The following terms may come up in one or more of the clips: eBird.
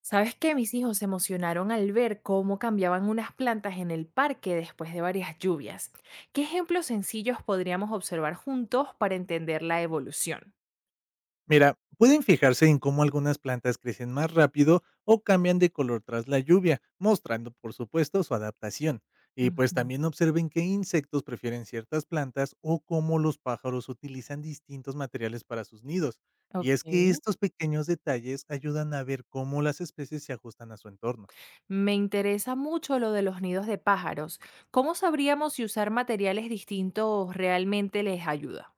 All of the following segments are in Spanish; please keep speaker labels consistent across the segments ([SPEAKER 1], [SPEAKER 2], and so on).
[SPEAKER 1] ¿Sabes qué? Mis hijos se emocionaron al ver cómo cambiaban unas plantas en el parque después de varias lluvias. ¿Qué ejemplos sencillos podríamos observar juntos para entender la evolución?
[SPEAKER 2] Mira, pueden fijarse en cómo algunas plantas crecen más rápido o cambian de color tras la lluvia, mostrando por supuesto su adaptación. Y pues
[SPEAKER 1] Ujú.
[SPEAKER 2] también observen qué insectos prefieren ciertas plantas o cómo los pájaros utilizan distintos materiales para sus nidos. Y es que
[SPEAKER 1] Ok.
[SPEAKER 2] estos pequeños detalles ayudan a ver cómo las especies se ajustan a su entorno.
[SPEAKER 1] Me interesa mucho lo de los nidos de pájaros. ¿Cómo sabríamos si usar materiales distintos realmente les ayuda?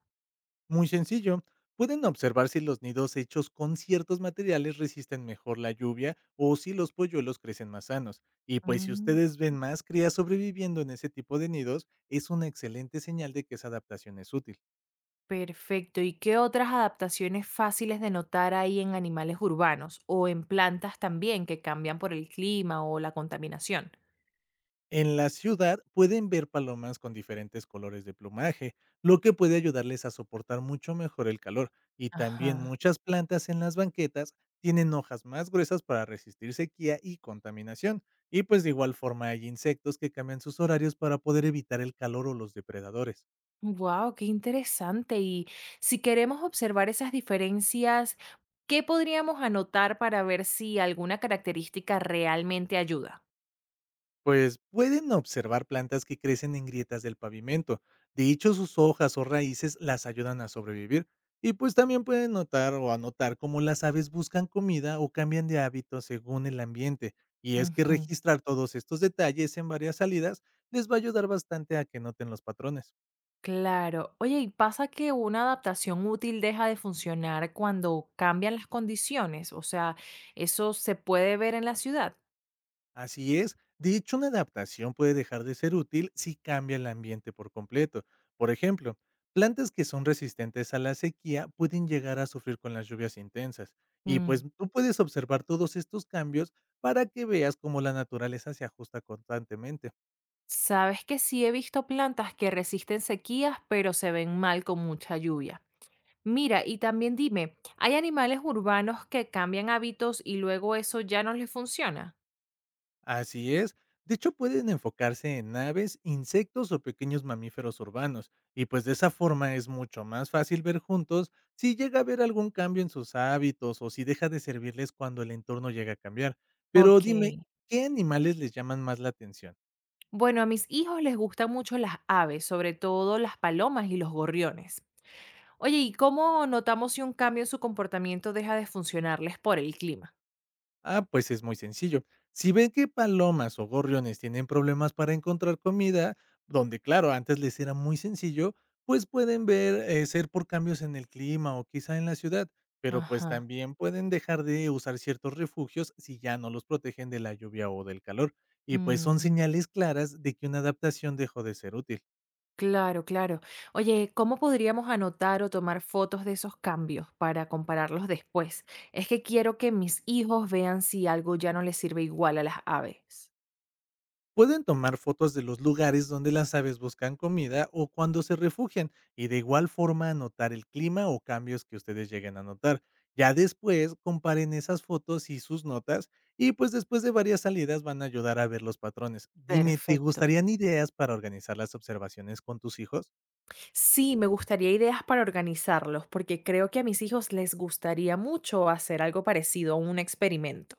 [SPEAKER 2] Muy sencillo. Pueden observar si los nidos hechos con ciertos materiales resisten mejor la lluvia o si los polluelos crecen más sanos. Y pues si
[SPEAKER 1] Mm.
[SPEAKER 2] ustedes ven más crías sobreviviendo en ese tipo de nidos, es una excelente señal de que esa adaptación es útil.
[SPEAKER 1] Perfecto. ¿Y qué otras adaptaciones fáciles de notar hay en animales urbanos o en plantas también que cambian por el clima o la contaminación?
[SPEAKER 2] En la ciudad pueden ver palomas con diferentes colores de plumaje, lo que puede ayudarles a soportar mucho mejor el calor. Y también
[SPEAKER 1] Ajá.
[SPEAKER 2] muchas plantas en las banquetas tienen hojas más gruesas para resistir sequía y contaminación. Y pues de igual forma hay insectos que cambian sus horarios para poder evitar el calor o los depredadores.
[SPEAKER 1] Wow, qué interesante. Y si queremos observar esas diferencias, ¿qué podríamos anotar para ver si alguna característica realmente ayuda?
[SPEAKER 2] Pues pueden observar plantas que crecen en grietas del pavimento. De hecho, sus hojas o raíces las ayudan a sobrevivir. Y pues también pueden notar o anotar cómo las aves buscan comida o cambian de hábito según el ambiente. Y es que
[SPEAKER 1] Ujú.
[SPEAKER 2] registrar todos estos detalles en varias salidas les va a ayudar bastante a que noten los patrones.
[SPEAKER 1] Claro. Oye, ¿y pasa que una adaptación útil deja de funcionar cuando cambian las condiciones? O sea, ¿eso se puede ver en la ciudad?
[SPEAKER 2] Así es. De hecho, una adaptación puede dejar de ser útil si cambia el ambiente por completo. Por ejemplo, plantas que son resistentes a la sequía pueden llegar a sufrir con las lluvias intensas. Y pues
[SPEAKER 1] Mm.
[SPEAKER 2] tú puedes observar todos estos cambios para que veas cómo la naturaleza se ajusta constantemente.
[SPEAKER 1] Sabes que sí he visto plantas que resisten sequías, pero se ven mal con mucha lluvia. Mira, y también dime, ¿hay animales urbanos que cambian hábitos y luego eso ya no les funciona?
[SPEAKER 2] Así es. De hecho, pueden enfocarse en aves, insectos o pequeños mamíferos urbanos, y pues de esa forma es mucho más fácil ver juntos si llega a haber algún cambio en sus hábitos o si deja de servirles cuando el entorno llega a cambiar. Pero
[SPEAKER 1] Ok.
[SPEAKER 2] dime, ¿qué animales les llaman más la atención?
[SPEAKER 1] Bueno, a mis hijos les gustan mucho las aves, sobre todo las palomas y los gorriones. Oye, ¿y cómo notamos si un cambio en su comportamiento deja de funcionarles por el clima?
[SPEAKER 2] Ah, pues es muy sencillo. Si ven que palomas o gorriones tienen problemas para encontrar comida, donde claro, antes les era muy sencillo, pues pueden ver ser por cambios en el clima o quizá en la ciudad, pero pues
[SPEAKER 1] Ajá.
[SPEAKER 2] también pueden dejar de usar ciertos refugios si ya no los protegen de la lluvia o del calor. Y pues son
[SPEAKER 1] Mm.
[SPEAKER 2] señales claras de que una adaptación dejó de ser útil.
[SPEAKER 1] Claro, claro. Oye, ¿cómo podríamos anotar o tomar fotos de esos cambios para compararlos después? Es que quiero que mis hijos vean si algo ya no les sirve igual a las aves.
[SPEAKER 2] Pueden tomar fotos de los lugares donde las aves buscan comida o cuando se refugian, y de igual forma anotar el clima o cambios que ustedes lleguen a notar. Ya después comparen esas fotos y sus notas, y pues después de varias salidas van a ayudar a ver los patrones. Dime, ¿te
[SPEAKER 1] Perfecto.
[SPEAKER 2] gustarían ideas para organizar las observaciones con tus hijos?
[SPEAKER 1] Sí, me gustaría ideas para organizarlos, porque creo que a mis hijos les gustaría mucho hacer algo parecido a un experimento.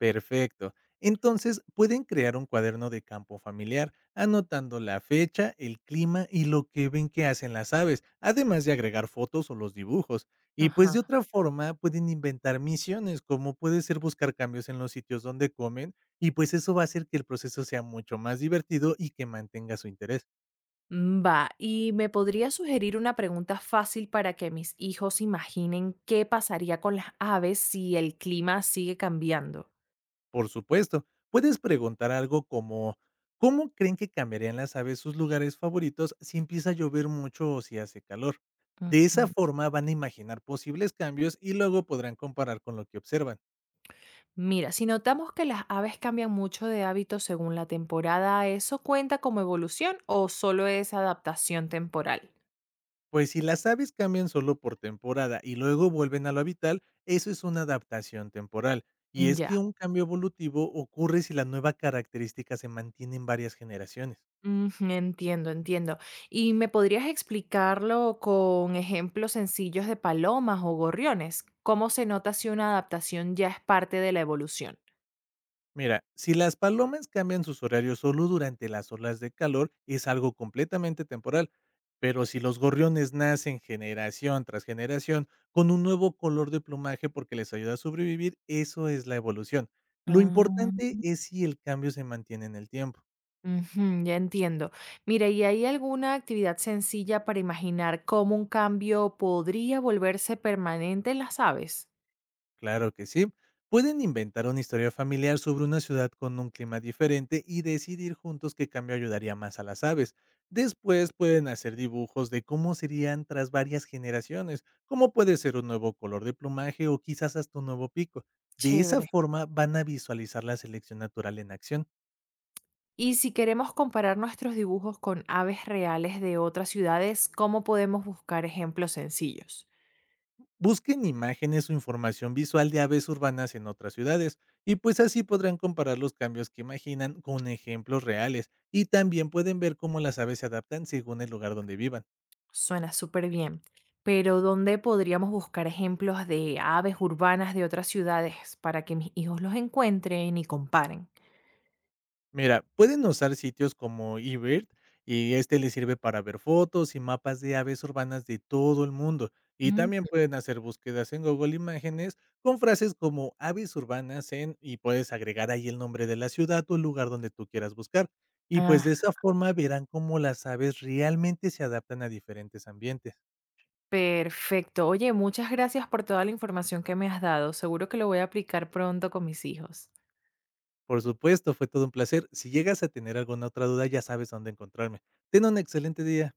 [SPEAKER 2] Perfecto. Entonces, pueden crear un cuaderno de campo familiar, anotando la fecha, el clima y lo que ven que hacen las aves, además de agregar fotos o los dibujos. Y pues
[SPEAKER 1] Ajá.
[SPEAKER 2] de otra forma, pueden inventar misiones, como puede ser buscar cambios en los sitios donde comen, y pues eso va a hacer que el proceso sea mucho más divertido y que mantenga su interés.
[SPEAKER 1] Mm, va, ¿y me podría sugerir una pregunta fácil para que mis hijos imaginen qué pasaría con las aves si el clima sigue cambiando?
[SPEAKER 2] Por supuesto, puedes preguntar algo como: ¿cómo creen que cambiarían las aves sus lugares favoritos si empieza a llover mucho o si hace calor? De esa
[SPEAKER 1] Ujú.
[SPEAKER 2] forma van a imaginar posibles cambios y luego podrán comparar con lo que observan.
[SPEAKER 1] Mira, si notamos que las aves cambian mucho de hábito según la temporada, ¿eso cuenta como evolución o solo es adaptación temporal?
[SPEAKER 2] Pues si las aves cambian solo por temporada y luego vuelven a lo habitual, eso es una adaptación temporal. Y es que
[SPEAKER 1] Ya.
[SPEAKER 2] un cambio evolutivo ocurre si la nueva característica se mantiene en varias generaciones.
[SPEAKER 1] Ujú, entiendo, entiendo. ¿Y me podrías explicarlo con ejemplos sencillos de palomas o gorriones? ¿Cómo se nota si una adaptación ya es parte de la evolución?
[SPEAKER 2] Mira, si las palomas cambian sus horarios solo durante las olas de calor, es algo completamente temporal. Pero si los gorriones nacen generación tras generación con un nuevo color de plumaje porque les ayuda a sobrevivir, eso es la evolución. Lo importante
[SPEAKER 1] Ah,
[SPEAKER 2] es si el cambio se mantiene en el tiempo.
[SPEAKER 1] ujú, ya entiendo. Mira, ¿y hay alguna actividad sencilla para imaginar cómo un cambio podría volverse permanente en las aves?
[SPEAKER 2] Claro que sí. Pueden inventar una historia familiar sobre una ciudad con un clima diferente y decidir juntos qué cambio ayudaría más a las aves. Después pueden hacer dibujos de cómo serían tras varias generaciones, cómo puede ser un nuevo color de plumaje o quizás hasta un nuevo pico. De esa
[SPEAKER 1] Chévere.
[SPEAKER 2] forma van a visualizar la selección natural en acción.
[SPEAKER 1] Y si queremos comparar nuestros dibujos con aves reales de otras ciudades, ¿cómo podemos buscar ejemplos sencillos?
[SPEAKER 2] Busquen imágenes o información visual de aves urbanas en otras ciudades, y pues así podrán comparar los cambios que imaginan con ejemplos reales, y también pueden ver cómo las aves se adaptan según el lugar donde vivan.
[SPEAKER 1] Suena súper bien, pero ¿dónde podríamos buscar ejemplos de aves urbanas de otras ciudades para que mis hijos los encuentren y comparen?
[SPEAKER 2] Mira, pueden usar sitios como eBird, y este les sirve para ver fotos y mapas de aves urbanas de todo el mundo. Y
[SPEAKER 1] Mm,
[SPEAKER 2] también pueden hacer búsquedas en Google Imágenes con frases como "aves urbanas en" y puedes agregar ahí el nombre de la ciudad o el lugar donde tú quieras buscar. Y pues
[SPEAKER 1] ah,
[SPEAKER 2] de esa forma verán cómo las aves realmente se adaptan a diferentes ambientes.
[SPEAKER 1] perfecto. Oye, muchas gracias por toda la información que me has dado. Seguro que lo voy a aplicar pronto con mis hijos.
[SPEAKER 2] Por supuesto, fue todo un placer. Si llegas a tener alguna otra duda, ya sabes dónde encontrarme. Ten un excelente día.